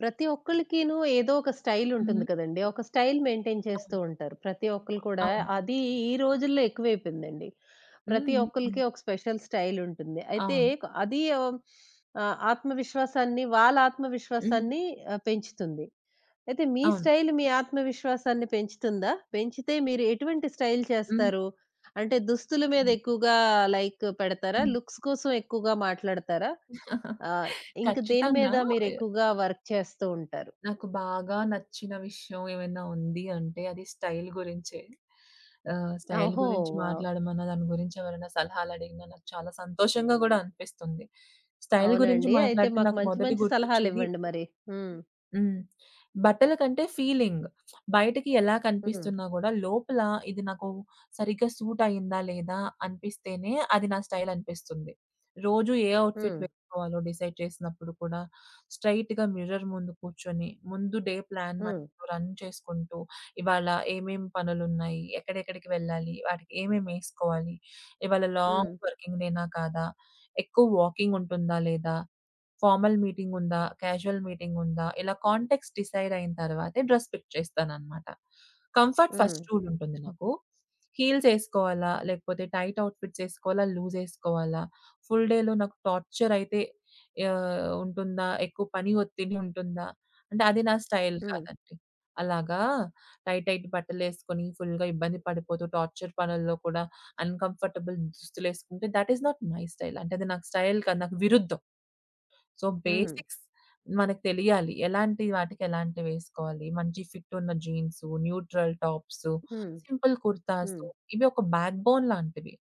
ప్రతి ఒక్కళ్ళకిను ఏదో ఒక స్టైల్ హుహు. ఉంటుంది కదండీ. ఒక స్టైల్ మెయింటైన్ చేస్తూ అవును. ఉంటారు. ప్రతి ఒక్కళ్ళు కూడా అవును. అది ఈ రోజుల్లో ఎక్కువైపోయిందండి. హ్మ్. ప్రతి హ్మ్. ఒక్కళ్ళకి హ్మ్. ఒక స్పెషల్ స్టైల్ ఉంటుంది. అయితే అవును. క- అది ఆహ్, ఆత్మవిశ్వాసాన్ని వాళ్ళ హుహు. ఆత్మవిశ్వాసాన్ని ఆహ్, పెంచుతుంది. అయితే మీ అవును. స్టైల్ మీ ఆత్మవిశ్వాసాన్ని పెంచుతుందా? పెంచితే మీరు ఎటువంటి స్టైల్ హ్మ్. చేస్తారు? అంటే దుస్తుల మీద హ్మ్. ఎక్కువగా లైక్ పెడతారా? హ్మ్. లుక్స్ కోసం ఎక్కువగా మాట్లాడతారా? ఆ! ఇంక దేని ఖచ్చితంగా మీద ఎ మీరెక్కువగా వర్క్ చేస్తూ ఉంటారు? నాకు బాగా నచ్చిన విషయం ఏమైనా ఉంది అంటే అది స్టైల్ గురించే. స్టైల్ ఓహో! గురించి వావ్! మాట్లాడమన్నా, దాని గురించి ఎవరైనా సలహాలడిగినా నాకు చాలా సంతోషంగా గూడా అనిపిస్తుంది. స్టైల్ గురించి అవునండి. అయితే మాట్లాడితే మాకు నాకు మంచి మొదటి మంచి గుర్తొచ్చేది సలహాలివ్వండి మరి. హ్మ్. హ్మ్. బట్టల కంటే ఫీలింగ్. బయటకి ఎలా హ్మ్. కనిపిస్తున్నా గూడా లోపల ఇది నాకు సరిగ్గా సూట్ అయిందా లేదా అనిపిస్తేనే అది నా స్టైల్ అనిపిస్తుంది. రోజు ఏ ఔట్‌ఫిట్ హ్మ్. వేసుకోవాలో డిసైడ్ చేసినప్పుడు కూడా స్ట్రెయిట్‌గా మిర్రర్ ముందు కూర్చొని ముందు డే ప్లాన్ మనం రన్ చేసుకుంటూ ఇవాళ ఏమేం పనులున్నాయి? ఎక్కడెక్కడికి వెళ్ళాలి? వాటికి ఏమేమి ఏసుకోవాలి? ఇవాళ హ్మ్. లాంగ్ వర్కింగ్ డేనా కాదా? ఎక్కువ వాకింగ్ ఉంటుందా లేదా? ఫార్మల్ మీటింగుందా? క్యాజువల్ మీటింగుందా? ఇలా కాంటెక్స్ట్ డిసైడ్ అయిన తర్వాతే డ్రెస్ పిక్ చేస్తాననమాట. కంఫర్ట్ హ్మ్. ఫస్ట్ రూల్ ఉంటుంది నాకు. హీల్స్ ఏసుకోవాలా? లేకపోతే టైట్ ఔట్‌ఫిట్స్ ఏసుకోవాలా? లూజ్ ఏసుకోవాలా? ఫుల్ డేలో నాకు టార్చర్ అయితే ఉంటుందా? ఎక్కువ పని ఒత్తిడి ఉంటుందా? అంటే అది నా స్టైల్ హ్మ్. కాదండి. అలాగా టైట్ టైట్ బట్టలేసుకొని ఫుల్‌గా ఇబ్బంది పడిపోతూ టార్చర్ పనుల్లో కూడా అన్‌కంఫర్టబుల్ దుస్తులేసుకుంటే that is not my style. అంటే అది నాకు స్టైల్ కాదు. నాకు విరుద్ధం. సో, హ్మ్. బేసిక్స్ మనకు తెలియాలి. ఎలాంటి వాటికి ఎలాంటివి వేసుకోవాలి. మంచి ఫిట్ ఉన్న జీన్సు, న్యూట్రల్ టాప్సు, హ్మ్. సింపుల్ కుర్తాసు హ్మ్. హ్మ్. ఇవి ఒక బ్యాక్‌బోన్ లాంటివి.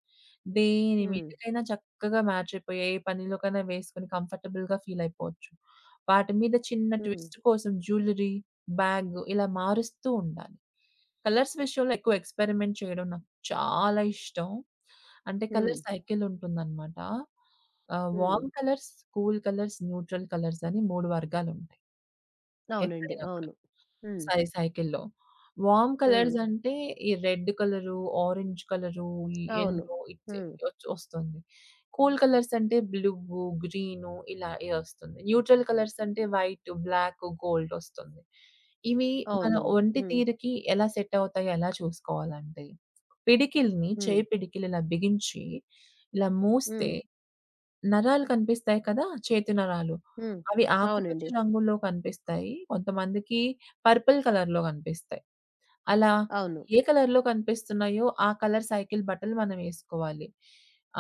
దేని హ్మ్. మీదకైనా చక్కగా మ్యాచ్ అయిపోయి, ఏ పనిలోకైనా వేసుకొని కంఫర్టబుల్‌గా ఫీల్ అయిపోవచ్చు. వాటి మీద చిన్న హ్మ్. ట్విస్ట్ కోసం జ్యువెలరీ, బ్యాగ్ ఇలా మారుస్తూ ఉండాలి. కలర్స్ విషయంలో ఎక్కువ ఎక్స్‌పెరిమెంట్ చేయడం నాకు చాలా ఇష్టం. అంటే హ్మ్. కలర్ సైకిల్ ఉంటుందనమాట. హ్మ్. Warm colours, cool colours, neutral colours అని 3 వర్గాలుంటాయి అవునండి. ఎక్కడైనా కూడా. అవును. హ్మ్. సైకిల్‌లో. వార్మ్ హ్మ్. కలర్స్ అంటే ఈ రెడ్ కలరు, ఆరెంజ్ కలరు, ఈ అవును. యెల్లో ఇట్స్ హ్మ్. ఒస్తుంది. కూల్ కలర్స్ అంటే బ్లూ, గ్రీను ఇలా ఒస్తుంది. న్యూట్రల్ కలర్స్ అంటే వైట్, బ్లాక్, గోల్డ్ ఒస్తుంది. ఇవి మన అవునండి. ఒంటి హ్మ్. తీరుకి ఎలా సెట్ అవుతాయో ఎలా చూసుకోవాలంటే, పిడికిలిని హ్మ్. చేయి పిడికిలి ఇలా బిగించి, ఇలా మూస్తే హ్మ్. నరాలు కనిపిస్తాయి కదా! చేతి నరాలు. హ్మ్. అవి ఆకుపచ్చ అవునండి. రంగులో కనిపిస్తాయి. కొంతమందికి పర్పుల్ కలర్‌లో కనిపిస్తాయి. అలా అవును. ఏ కలర్‌లో కనిపిస్తున్నాయో ఆ కలర్ సైకిల్ బట్టలు మనమేసుకోవాలి.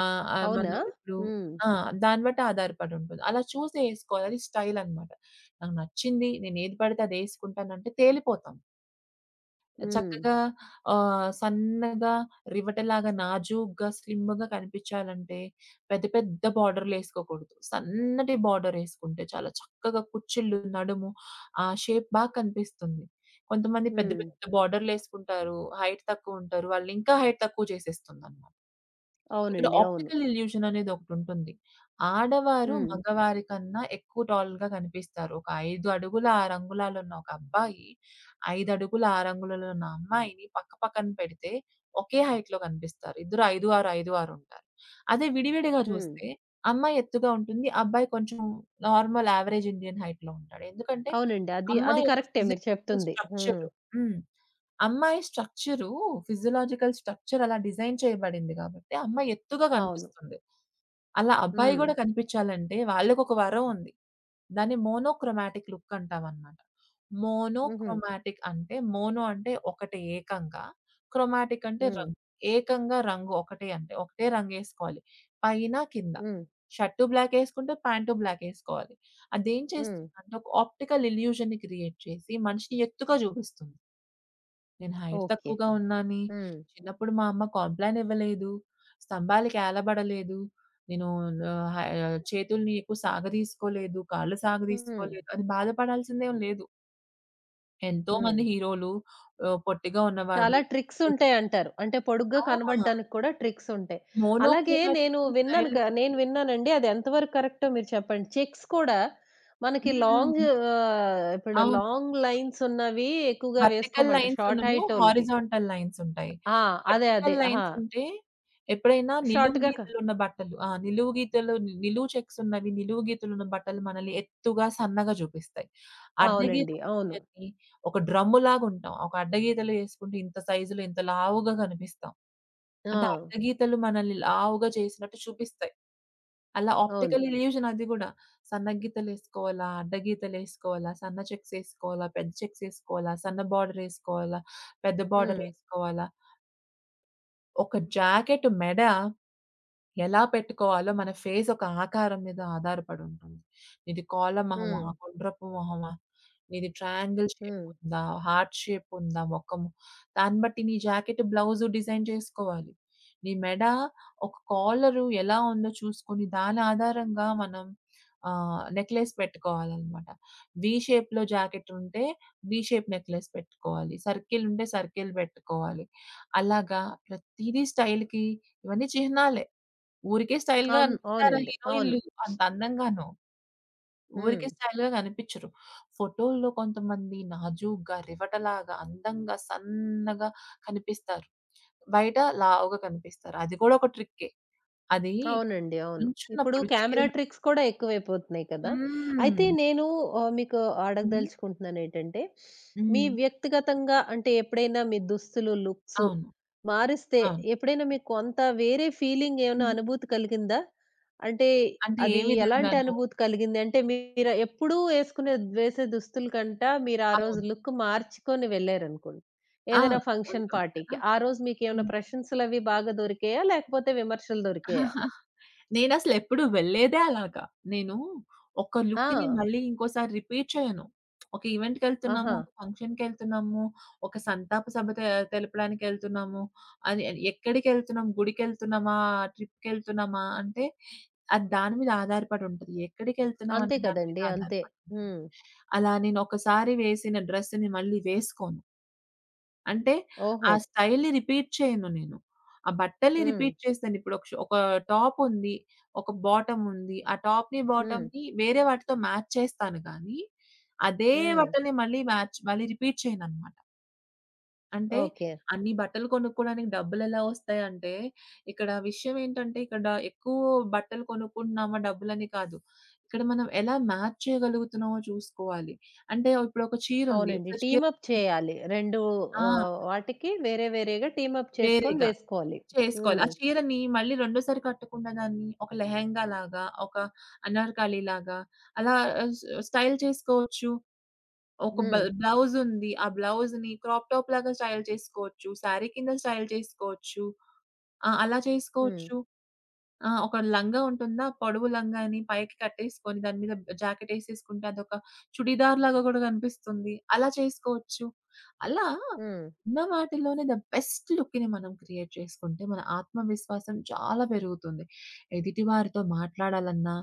ఆహ్, ఆహ్, అవునా? మనం ఇప్పుడు హ్మ్. ఆ! దాన్ని బట్టి ఆధారపడి ఉంటుంది. అలా చూసి ఏసుకోవాలి. అది స్టైల్ అన్నమాట. నాకు నచ్చింది. నేనేది పడితే అదేసుకుంటానంటే తేలిపోతాం. హ్మ్. చక్కగా సన్నగా రివటలాగా నాజూగ్గా, స్లిమ్‌గా కనిపించాలంటే పెద్ద పెద్ద బార్డర్‌లేసుకోకూడదు. సన్నటి బార్డరేసుకుంటే చాలా చక్కగా కుచ్చిళ్ళు, నడుము ఆ షేప్ బాగా కనిపిస్తుంది. కొంతమంది పెద్ద హ్మ్. పెద్ద బార్డర్‌లేసుకుంటారు. హైట్ తక్కువుంటారు. వాళ్ళనింకా హైట్ తక్కువ చేసేస్తుందన్నమాట. ఇక్కడ అవునండి. అవును. ఆప్టికల్ ఇల్యూషన్ అనేది ఒకటుంటుంది. ఆడవారు హ్మ్. మగవారి కన్నా ఎక్కువ టాల్‌గా కనిపిస్తారు. ఒక 5 అడుగుల 6 అంగుళాలు ఉన్న ఒక అబ్బాయి, 5 అడుగుల 6 అంగుళాలు ఉన్న అమ్మాయిని పక్క పక్కన పెడితే ఒకే హైట్‌లో కనిపిస్తారు. ఇద్దరు 5, 6, 5, 6 ఉంటారు. అదే విడివిడిగా హ్మ్. చూస్తే అమ్మాయి ఎత్తుగా ఉంటుంది. అబ్బాయి కొంచెం నార్మల్ యావరేజ్ ఇండియన్ హైట్‌లో ఉంటాడు. ఎందుకంటే అవునండి. అది, అది అమ్మాయి యొక్క కరెక్టే మీరు ఫిజియోలాజికల్ చెప్తుంది. హ్మ్. స్ట్రక్చర్ హ్మ్. అమ్మాయి స్ట్రక్చరు, ఫిజియోలాజికల్ స్ట్రక్చర్ అలా డిజైన్ చేయబడింది కాబట్టి, అమ్మాయి ఎత్తుగా అవును. కనిపిస్తుంది. అలా అబ్బాయి హ్మ్. గూడా కనిపించాలంటే వాళ్ళకొక వరం ఉంది. దాన్ని మోనోక్రోమాటిక్ లుక్ అంటామనమాట. హుహు. మోనోక్రోమాటిక్ అంటే మోనో అంటే ఒకటే ఏకంగా, క్రోమాటిక్ అంటే హ్మ్. రంగు. ఏకంగా రంగు ఒకటే అంటే ఒకటే రంగేసుకోవాలి. పైన, కింద. హ్మ్. షర్టు బ్లాకేసుకుంటే, ప్యాంటు బ్లాకేసుకోవాలి. అదేం హ్మ్. చేస్తుందంటే ఒక ఆప్టికల్ ఇల్యూజన్‌ని క్రియేట్ చేసి మనిషిని ఎత్తుగా చూపిస్తుంది. నేను హైట్ ఓకే. తక్కువగా ఉన్నాని, హ్మ్. చిన్నప్పుడు మా అమ్మ కాంప్లాన్ ఇవ్వలేదు, స్తంభాలకి ఏలబడలేదు, నేను చేతుల్ని ఎక్కువ సాగదీసుకోలేదు, కాళ్ళు హ్మ్. సాగదీసుకోలేదు అని బాధపడాల్సిందేం లేదు. హ్మ్. ఎంతోమంది హీరోలు పొట్టిగా ఉన్నవారు చాలా ట్రిక్స్ ఉంటాయంటారు. అంటే పొడుగ్గా ఆ! కనబడడానికి కూడా ట్రిక్స్ ఉంటాయి. అలాగే నేను మోనోక్రోమాటిక్ విన్నాను స్టైల్ క నేను విన్నానండి. అది ఎంతవరకు కరెక్టో మీరు చెప్పండి. చెక్స్ కూడా మనకి హ్మ్. లాంగ్ హ్మ్. ఆహ్, ఇప్పుడు అవును. లాంగ్ లైన్స్ ఉన్నవి ఎక్కువగా వర్టికల్ వేసుకోమంటారు షార్ట్ లైన్సున్నను, హైటోళ్ళకి. హారిజాంటల్ లైన్సుంటాయి. ఆ! అదే. అదే. వర్టికల్ ఆ! లైన్సుంటే ఎప్పుడైనా నిలువు షార్ట్‌గా క గీతలున్న బట్టలు ఆ! నిలువు గీతలు నిలువు చెక్సున్నవి, నిలువు గీతలున్న బట్టలు మనల్ని ఎత్తుగా, సన్నగా చూపిస్తాయి. అవునండి. అవును. అడ్డగీతలున్నాయని ఒక డ్రమ్ములాగుంటాం. ఒక అడ్డగీతలు యేసుకుంటే ఇంత సైజులో ఇంత లావుగా కనిపిస్తాం. అంటే ఆ! అడ్డగీతలు మనల్ని లావుగా చేసినట్టు చూపిస్తాయి. అలా అవును. ఆప్టికల్ ఇల్యూషన్ అది గూడా. సన్న గీతలేసుకోవాలా? అడ్డ గీతలేసుకోవాలా? సన్న చెక్స్ ఏసుకోవాలా? పెద్ద చెక్స్ ఏసుకోవాలా? సన్న బార్డరేసుకోవాలా? పెద్ద హ్మ్. బార్డరేసుకోవాలా? ఒక జాకెట్ మెడ ఎలా పెట్టుకోవాలో మన ఫేస్ ఒక ఆకారం మీద ఆధారపడుంటుంది. నీది కోళ్ళ మొహమా? హ్మ్. గుండ్రపు మొహమా? నీది ట్రయాంగిల్ షేప్ హ్మ్. ఉందా? హార్ట్ షేప్ ఉందా మొఖము? దాన్ని బట్టి నీ జాకెట్, బ్లౌజు డిజైన్ చేసుకోవాలి. నీ మెడ, ఒక కాలరు ఎలా ఉందో చూసుకొని దాని ఆధారంగా మనం నెక్లెస్ పెట్టుకోవాలనమాట. వి షేప్‌లో జాకెట్ ఉంటే వి షేప్ నెక్లెస్ పెట్టుకోవాలి. సర్కిల్ ఉంటే సర్కిల్ పెట్టుకోవాలి. అలాగా ప్రతీదీ స్టైల్‌కి ఇవన్నీ చిహ్నాలే. ఊరికే స్టైల్‌గా అవును. కనిపిస్తారా అవునండి. అవును. హీరోయిన్‌లు అంత అందంగాను. హ్మ్. ఊరికే స్టైల్‌గా కనిపించరు. ఫోటోల్లో కొంతమంది నాజూగ్గా, రివటలాగా, అందంగా, సన్నగా కనిపిస్తారు. బయట లావుగా కనిపిస్తారు. అది కూడా ఒక ట్రిక్కే. అది అవునండి. అవును. ఇప్పుడు నుంచున్నప్పుడు చీర కెమెరా ట్రిక్స్ కట్టుకొని కూడా ఎక్కువైపోతున్నాయి కదా! హ్మ్. అయితే మీకు హ్మ్. అడగదలుచుకుంటున్నానేంటంటే, మీ హ్మ్. వ్యక్తిగతంగా అంటే ఎప్పుడైనా మీ దుస్తులు, లుక్స్ అవును. మారిస్తే అవును. ఎప్పుడైనా మీకు కొంత వేరే ఫీలింగ్ ఏమైనా హ్మ్. అనుభూతి కలిగిందా? అంటే అంటే ఏ అది ఎలాంటి విధంగాను? అనుభూతి కలిగింది? అంటే మీరు ఎప్పుడూ ఏసుకునే వేసే దుస్తుల కంట మీరు ఆ రోజు అవును. లుక్ మార్చుకొని వెళ్లారనుకోండి. ఆ! ఏదైనా ఫంక్షన్, ఉంటుంది పార్టీకి. కదా! ఆ రోజు మీకేమైనా హ్మ్. ప్రశంసలవి బాగా దొరికాయా? లేకపోతే విమర్శలు దొరికాయా? నేనసలెప్పుడు వెళ్ళేదే అలాగా. నేను ఒక ఆ! లుక్‌ని మళ్ళీ ఇంకోసారి రిపీట్ చేయను. ఒక ఈవెంట్‌కెళ్తున్నాము, ఆహా! ఒక ఫంక్షన్‌కెళ్తున్నాము, ఒక సంతాప సభ తెలపడానికెళ్తున్నాము, అది ఎక్కడికెళ్తున్నాం, గుడికెళ్తున్నామా, ట్రిప్‌కెళ్తున్నామా అంటే అది దాని మీద ఆధారపడి ఉంటది. ఎక్కడికెళ్తున్నాం అంతే అనే దాని మీద కదండీ! అంతే. ఆధారపడి ఉంటుంది. హ్మ్. అలా నేనొకసారి వేసిన డ్రెస్‌ని మళ్ళీ వేసుకోను. అంటే ఆ ఓహో! స్టైల్‌ని రిపీట్ చేయను నేను. ఆ బట్టల్ని హ్మ్. రిపీట్ చేస్తాను. ఇప్పుడు ఒక టాప్ ఉంది. ఒక బాటమ్ ఉంది. ఆ టాప్‌ని, హ్మ్. బాటమ్‌ని వేరే వాటితో మ్యాచ్ చేస్తాను గానీ, అదే హ్మ్. బట్టల్ని మళ్ళీ మ్యాచ్ మళ్ళీ రిపీట్ చేయననమాట. అంటే ఓకే. అన్ని బట్టలు కొనుక్కోడానికి డబ్బులెలా వస్తాయంటే, ఇక్కడ విషయం ఏంటంటే ఇక్కడ ఎక్కువ బట్టలు కొనుక్కుంటున్నామా డబ్బులని కాదు. ఇక్కడ మనం ఎలా మ్యాచ్ చేయగలుగుతున్నామో చూసుకోవాలి. అంటే ఇప్పుడు ఒక చీర ఉంది. అవునండి. ఒకసారి టీమ్ చీర అప్ తీసుకు చేయాలి. 2 ఆ! ఆహ్, వాటికి వేరే వేరేగా టీమ్ అప్ చేసుకొని వేరేగా. వేసుకోవాలి. చేసుకోవాలి. హ్మ్. ఆ చీరని మళ్ళీ రెండోసారి కట్టకుండా దాన్ని ఒక లెహెంగాలాగా, ఒక అనార్కలిలాగా అలా ఆహ్, స్ స్టైల్ చేసుకోవచ్చు. ఒక హ్మ్. బ్లౌజుంది. ఆ బ్లౌజ్‌ని క్రాప్ టాప్ లాగా స్టైల్ చేసుకోవచ్చు. శారీ కింద స్టైల్ చేసుకోవచ్చు. ఆ! అలా హ్మ్. చేసుకోవచ్చు. ఆ! ఒక లంగా ఉంటుందా? పొడవు లంగాని పైకి కట్టేసుకొని దాని మీద జాకెట్ ఏసేసుకుంటే అదొక చుడీదార్ లాగా గూడా కనిపిస్తుంది. అలా చేసుకోవచ్చు. అలా హ్మ్. ఉన్న వాటిలోనే ద బెస్ట్ లుక్‌ని మనం క్రియేట్ చేసుకుంటే మన ఆత్మవిశ్వాసం చాలా పెరుగుతుంది. ఎదుటి వారితో మాట్లాడాలన్నా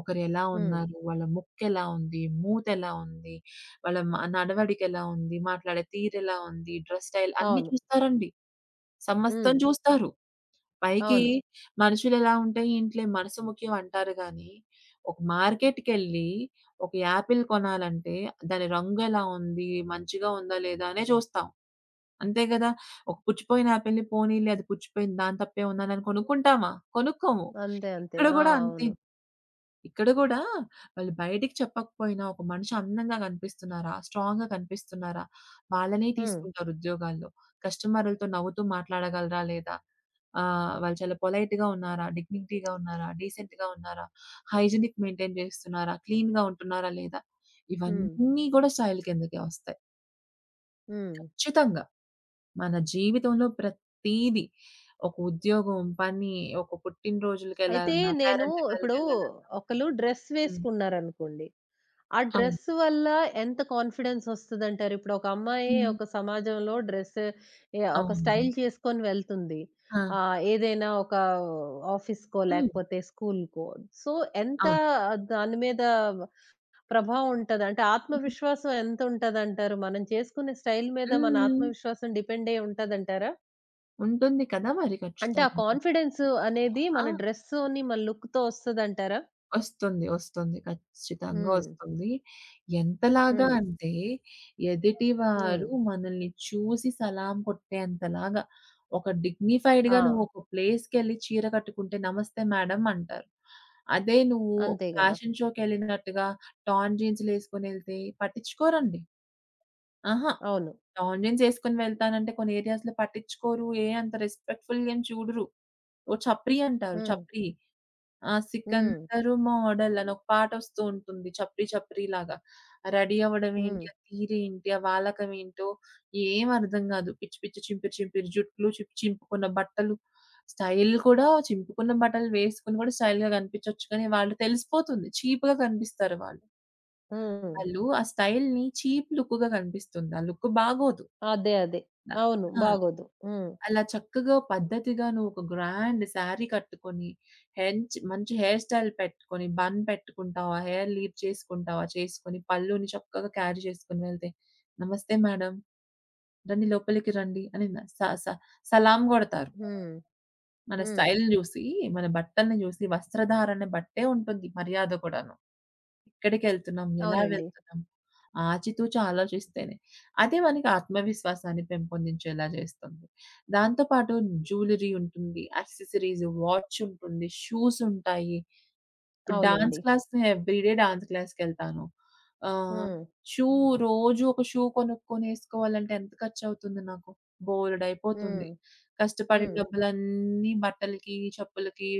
ఒకరు ఎలా హ్మ్. ఉన్నారు? వాళ్ళ ముక్కెలా ఉంది? మూతెలా ఉంది? వాళ్ళ నడవడికెలా ఉంది? మాట్లాడే తీరెలా ఉంది? డ్రెస్ స్టైల్ అన్నీ అవును. చూస్తారండి. సమస్తం హ్మ్. చూస్తారు. పైకి అవును. మనుషులెలా ఉంటే ఈంట్లే మనసు ముఖ్యం అంటారు గానీ, ఒక మార్కెట్‌కెళ్ళి ఒక యాపిల్ కొనాలంటే దాని రంగెలా ఉంది? మంచిగా ఉందా? లేదా? అనే చూస్తాం. అంతే గదా! ఒక పుచ్చిపోయిన యాపిల్‌ని పోనీలే అది పుచ్చిపోయింది దాని తప్పేముందని అని కొనుక్కుంటామా? కొనుక్కోము. అంతే. అంతే. ఇక్కడ ఆ! గూడా అంతే. అవును. ఇక్కడ గూడా వాళ్ళు బయటికి చెప్పకపోయినా ఒక మనిషి అందంగా కనిపిస్తున్నారా? స్ట్రాంగ్‌గా కనిపిస్తున్నారా? వాళ్ళనే హ్మ్. తీసుకుంటారు ఉద్యోగాల్లో. కస్టమర్‌లతో నవ్వుతూ మాట్లాడగలరా లేదా? వాళ్ళు చాలా పొలైట్‌గా ఉన్నారా? డిగ్నిటీగా ఉన్నారా? డీసెంట్‌గా ఉన్నారా? హైజీనిక్ మెయింటైన్ చేస్తున్నారా? క్లీన్‌గా ఉంటున్నారా లేదా? హ్మ్. ఇవన్నీ గూడా స్టైల్ కిందకే వస్తాయి. హ్మ్. ఖచ్చితంగా మన జీవితంలో ప్రతీదీ ఒక ఉద్యోగం, పని, ఒక అయితే పుట్టినరోజులకెళ్ళాలన్నా, నేను ఇప్పుడు పేరెంటకాలకెళ్ళాలన్నా ఒకళ్ళు డ్రెస్ హ్మ్. వేసుకున్నారనుకోండి, ఆ అవును. డ్రెస్ వల్ల ఎంత కాన్ఫిడెన్స్ వస్తదంటారు? ఇప్పుడు ఒక అమ్మాయి హ్మ్. ఒక సమాజంలో డ్రెస్ ఎ ఒక స్టైల్ అవును. చేసుకొని వెళ్తుంది. ఆ! ఏదైనా ఒక ఆఫీస్‌కో హ్మ్. లేకపోతే స్కూల్‌కో. సో, ఎంత అవును. దాని మీద ప్రభావం ఉంటది? అంటే ఆత్మవిశ్వాసం ఎంతుంటదంటారు? మనం చేసుకునే స్టైల్ మీద మన హ్మ్. ఆత్మవిశ్వాసం డిపెండ్ అయ్యి ఉంటదంటారా? ఉంటుంది కదా! మరి అంటే ఆ ఖచ్చితంగా. కాన్ఫిడెన్స్ అనేది ఆ! మన డ్రెస్‌తోని, మన లుక్‌తో వస్తదంటారా? వస్తుంది. వస్తుంది. ఖచ్చితంగా హ్మ్. వస్తుంది. ఎంతలాగా హ్మ్. అంటే హ్మ్. ఎదుటివారు మనల్ని చూసి సలాం కొట్టేంతలాగా ఒక ఆ! డిగ్నిఫైడ్‌గా నువ్వు ఒక ప్లేస్‌కెళ్ళి చీర కట్టుకుంటే నమస్తే మేడమ్ అంటారు. అదే నువ్వు ఒక అంతే గదా! ఫ్యాషన్ షోకెళ్ళినట్టుగా టార్న్ జీన్స్‌లేసుకొనెళ్తే పట్టించుకోరండి. ఆహా! అవును. ఆన్‌లైన్స్ ఏసుకొని వెళ్తానంటే కొన్ని ఏరియాస్‌లో పట్టించుకోరు. ఏ అంత రెస్పెక్ట్‌ఫుల్‌గా ఏం చూడరు. ఓ చప్రి అంటారు. హ్మ్. చప్రి. ఆ! హ్మ్. 'సికందరు మోడల్' అని ఒక పాటొస్తూ ఉంటుంది. 'చప్రి చప్రి' లాగా. రెడీ అవ్వడం హ్మ్. ఏంటి? ఆ తీరేంటి? ఆ వాలకం ఏంటో ఏం అర్థం గాదు. పిచ్చి పిచ్చి చింపిరి చింపిరి జుట్లు, చింపుకున్న బట్టలు. స్టైల్ కూడా చింపుకున్న బట్టలు వేసుకొని కూడా స్టైల్‌గా కనిపించొచ్చు. కానీ వాళ్ళు తెలిసిపోతుంది. చీప్‌గా కనిపిస్తారు వాళ్ళు. హ్మ్. వాళ్ళు ఆ స్టైల్‌ని చీప్ లుక్‌గా కనిపిస్తుంది. ఆ లుక్ బాగోదు. అదే. అదే. న అవును. ఆ! బాగోదు. హ్మ్. అలా చక్కగా పద్ధతిగా నువ్వొక గ్రాండ్ శారీ కట్టుకొని, మంచి హెయిర్ స్టైల్ పెట్టుకొని, బన్ పెట్టుకుంటావా, హెయిర్ లీప్ చేసుకుంటావా చేసుకొని, పళ్ళుని చక్కగా క్యారీ చేసుకొని వెళ్తే, "నమస్తే మేడం, రండి లోపలికి రండి" అని న స స సలాం గొడతారు. హ్మ్. మన హ్మ్. స్టైల్‌ని జూసి, మన బట్టల్ని జూసి, వస్త్రధారణ బట్టే ఉంటుంది మర్యాద కూడాను. ఎక్కడికెళ్తున్నాం? ఎలా అవునండి. వెళ్తున్నాం? ఆచితూచి ఆలోచిస్తేనే. అదే మనకి ఆత్మవిశ్వాసాన్ని పెంపొందించేలా చేస్తుంది. దాంతో పాటు జ్యువెలరీ ఉంటుంది, యాక్సెసరీస్, వాచ్ ఉంటుంది, షూస్ ఉంటాయి. ఇప్పుడు డాన్స్ అవునండి. క్లాస్ ఎవ్రీడే డాన్స్ క్లాస్‌కెళ్తాను. ఆహ్, హ్మ్. షూ రోజు ఒక షూ కొనుక్కొని ఏసుకోవాలంటే ఎంత ఖర్చవుతుంది నాకు? హ్మ్. బోలెడయిపోతుంది. కష్టపడిన హ్మ్. డబ్బులన్నీ బట్టలకి, చెప్పులకి,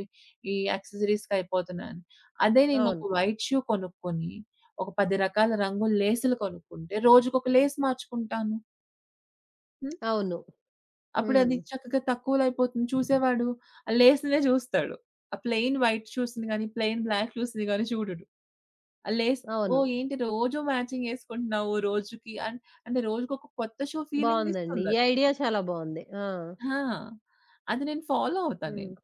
ఈ యాక్సెసరీస్‌కయిపోతున్నాయని. అదే నేనొక అవును. వైట్ షూ కొనుక్కొని, ఒక 10 రకాల రంగుల లేసులు కొనుక్కుంటే, రోజుకొక లేస్ మార్చుకుంటాను. హ్మ్. అవును. హ్మ్. అప్పుడది చక్కగా తక్కువలో అయిపోతుంది. చూసేవాడు ఆ లేసులే చూస్తాడు. ఆ ప్లెయిన్ వైట్ షూస్‌ని గాని, ప్లెయిన్ బ్లాక్ షూస్‌ని గాని చూడడు. లేస్ అవును. ఓహ్! ఏంటి రోజు మ్యాచింగ్ యేసుకుంటున్నావు రోజుకి అంటే రోజుకొక కొత్త షో ఫీలింగ్ బావుందండి. ఈ ఇస్తుందది. ఐడియా చాలా బావుంది. ఆ! ఆ! అది నేను ఫాలో అవుతా హ్మ్. నేను.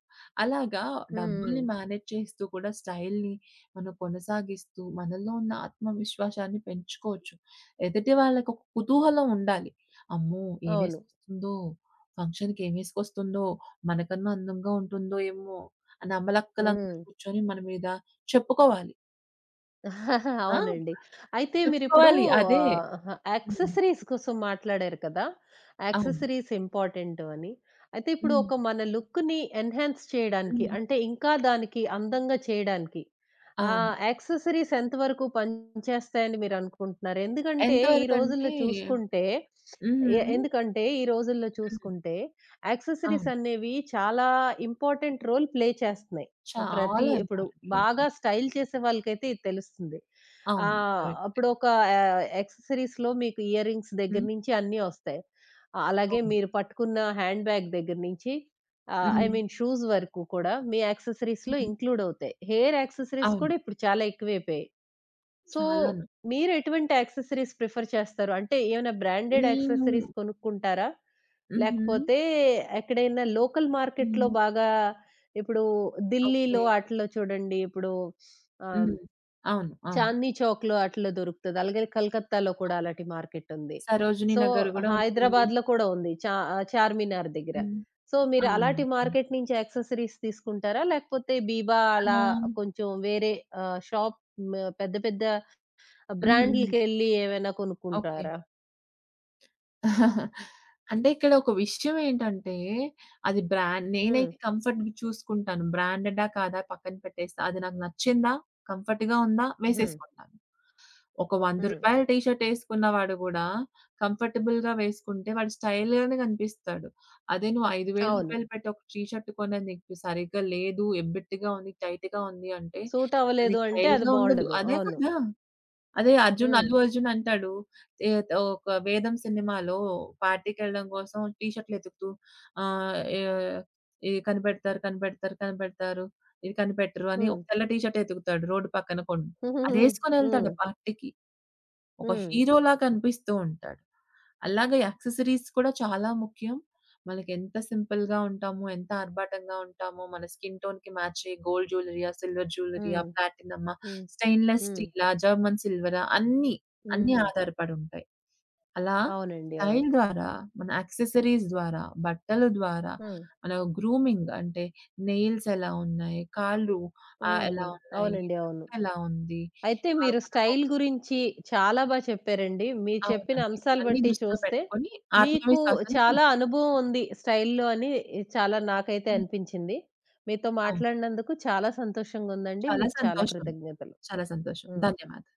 అలాగా హ్మ్. హ్మ్. డబ్బుల్ని మేనేజ్ చేస్తూ కూడా స్టైల్‌ని మనం కొనసాగిస్తూ మనలో ఉన్న ఆత్మవిశ్వాసాన్ని పెంచుకోవచ్చు. ఎదుటి వాళ్ళకి ఒక కుతూహలం ఉండాలి. అమ్మో! అవును. ఏమేసుకొస్తుందో, ఫంక్షన్‌కి ఏమేసుకొస్తుందో, మనకన్నా అందంగా ఉంటుందో ఏమో! అని అమ్మలక్కలందరూ హ్మ్. కూర్చొని మన మీద చెప్పుకోవాలి. ఆ! అవునండి. అయితే మీరిప్పుడు చెప్పుకోవాలి. అదే. అహా! హ్మ్. యాక్సెసరీస్ కోసం మాట్లాడారు కదా! అవును. యాక్సెసరీస్ ఇంపార్టెంటు అని. అయితే ఇప్పుడు హ్మ్. ఒక మన లుక్‌ని ఎన్‌హాన్స్ చేయడానికి హ్మ్. అంటే ఇంకా దానికి అందంగా చేయడానికి అవును. యాక్సెసరీస్ ఎంతవరకు పనిచేస్తాయని మీరనుకుంటున్నారు? ఎందుకంటే ఎంత ఈ రోజుల్లో వరకంటే చూసుకుంటే హ్మ్. ఎందుకంటే ఈ రోజుల్లో హ్మ్. చూసుకుంటే యాక్సెసరీస్ అవును. అనేవి చాలా ఇంపార్టెంట్ రోల్ ప్లే చేస్తున్నాయి. ప్రతి చాలా ఇప్పుడు ఇంపార్టెంట్ రోల్. బాగా స్టైల్ చేసే వాళ్ళకైతే ఇది తెలుస్తుంది. అవును. ఆహ్, కరెక్టే. అప్పుడు ఒక ఆహ్, యాక్సెసరీస్‌లో మీకు ఇయర్ రింగ్స్ దగ్గర హ్మ్. నుంచి అన్నీ వస్తాయి. ఆ, అలాగే అవును. మీరు పట్టుకున్న హ్యాండ్ బ్యాగ్ దగ్గర నుంచి ఐ హ్మ్. మీన్ షూస్ వరకు కూడా మీ యాక్సెసరీస్‌లో హ్మ్. ఇంక్లూడ్ అవుతాయి. హెయిర్ యాక్సెసరీస్ అవును. కూడా ఇప్పుడు చాలా ఎక్కువైపోయాయి. సో, చాలాను. మీరెటువంటి యాక్సెసరీస్ ప్రిఫర్ చేస్తారు? అంటే ఏమైనా బ్రాండెడ్ నేను యాక్సెసరీస్ కొనుక్కుంటారా? హుహు. లేకపోతే ఎక్కడైనా లోకల్ మార్కెట్‌లో హ్మ్. బాగా ఇప్పుడు ఓకే. ఢిల్లీలో ఆటిల్లో చూడండి ఇప్పుడు ఆహ్, హ్మ్. అవును. అవును. చాందనీ చౌక్‌లో ఆటిల్లో దొరుకుతది. అలాగే కలకత్తాలో కూడా అలాంటి మార్కెట్ ఉంది. సరోజినీ సో, నగర్ గూడా ఉంటుంది. హైదరాబాద్‌లో కూడా ఉంది. చార్మినార్ దగ్గర. హ్మ్. సో, మీరు అవును. అలాంటి అవును. మార్కెట్ నుంచి యాక్సెసరీస్ తీసుకుంటారా? లేకపోతే బీబా అలా అలా కొంచెం వేరే ఆహ్, షాప్ మ పెద్ద పెద్ద హుహుహు. బ్రాండ్‌లకెళ్ళి ఏవైనా ఓకే. కొనుక్కుంటారా? అంటే ఇక్కడ ఒక విషయం ఏంటంటే, అది బ్రాండ్ హ్మ్. నేనైతే కంఫర్ట్‌వి చూసుకుంటాను. బ్రాండెడా కాదా పక్కన పెట్టేస్తా. అది నాకు నచ్చిందా, కంఫర్ట్‌గా ఉందా హ్మ్. వేసేసుకుంటాను. ఒక రూ. 100 హ్మ్. టీ షర్ట్ ఏసుకున్న వాడు గూడా కంఫర్టబుల్‌గా వేసుకుంటే వాడు స్టైల్‌గానే కనిపిస్తాడు. అదే నువ్వు రూ. అవును. 5,000 పెట్టి ఒక టీ షర్ట్ కొనేది నీకు సరిగ్గా లేదు, ఎబ్బెట్టుగా ఉంది, టైట్‌గా ఉంది అంటే సూట్ అది అవ్వలేదు అంటే అది స్టైల్‌గా ఉండదు. బావుండదు. అదే అవును. కదా! అదే 'అర్జున్' హ్మ్. 'అల్లు అర్జున్' అంటాడు. ఏ ఒక 'వేదం' సినిమాలో పార్టీకెళ్ళడం కోసం టీ షర్ట్‌లు ఎతుకుతూ ఆహ్, ఏ ఇది కనిపెడతారు, కనిపెడతారు, కనిపెడతారు. ఇది కనిపెట్టరు అని హ్మ్. ఒక తెల్ల టీ షర్ట్ ఎతుకుతాడు రోడ్డు పక్కన హుహుహుహు. హ్మ్. అదేసుకొనెళ్తాడు పార్టీకి. ఒక హ్మ్. హీరోలా కనిపిస్తూ ఉంటాడు. అలాగే యాక్సెసరీస్ కూడా చాలా ముఖ్యం. మనకెంత సింపుల్‌గా ఉంటామో, ఎంత ఆర్భాటంగా ఉంటామో, మన స్కిన్ టోన్‌కి మ్యాచ్ అయ్యే గోల్డ్ జ్యువెలరీయా, సిల్వర్ జ్యువెలరీయా, హ్మ్. ప్లాటినమా, హ్మ్. స్టెయిన్‌లెస్ హ్మ్. స్టీలా, జర్మన్ సిల్వరా అన్నీ, అన్నీ హ్మ్. ఆధారపడి ఉంటాయి. అలా అవునండి. అవును. స్టైల్ ద్వారా, మన యాక్సెసరీస్ ద్వారా, బట్టల ద్వారా, హ్మ్. మన గ్రూమింగ్ అంటే నెయిల్స్ ఎలా ఉన్నాయి, కాళ్ళు హ్మ్. ఎలా ఉన్నాయి, అవునండి. అవును. జుట్టు ఎలా ఉంది, అయితే ఆహ్, మీరు మన స్టైల్ గురించి చాలా బా చెప్పారండి. మీరు చెప్పిన అవునండి. అంశాలు ఇవన్నీ బట్టి దృష్టిలో చూస్తే, పెట్టుకొని మీకు ఆత్మవిశ్వాసాన్ని చాలా పెంచుకోవాలి. అనుభవం ఉంది స్టైల్‌లో అని చాలా నాకైతే అనిపించింది. మీతో అవును. మాట్లాడినందుకు చాలా సంతోషంగా ఉందండి. చాలా మీకు చాలా సంతోషం. కృతజ్ఞతలు. చాలా సంతోషం. హ్మ్. ధన్యవాదాలు.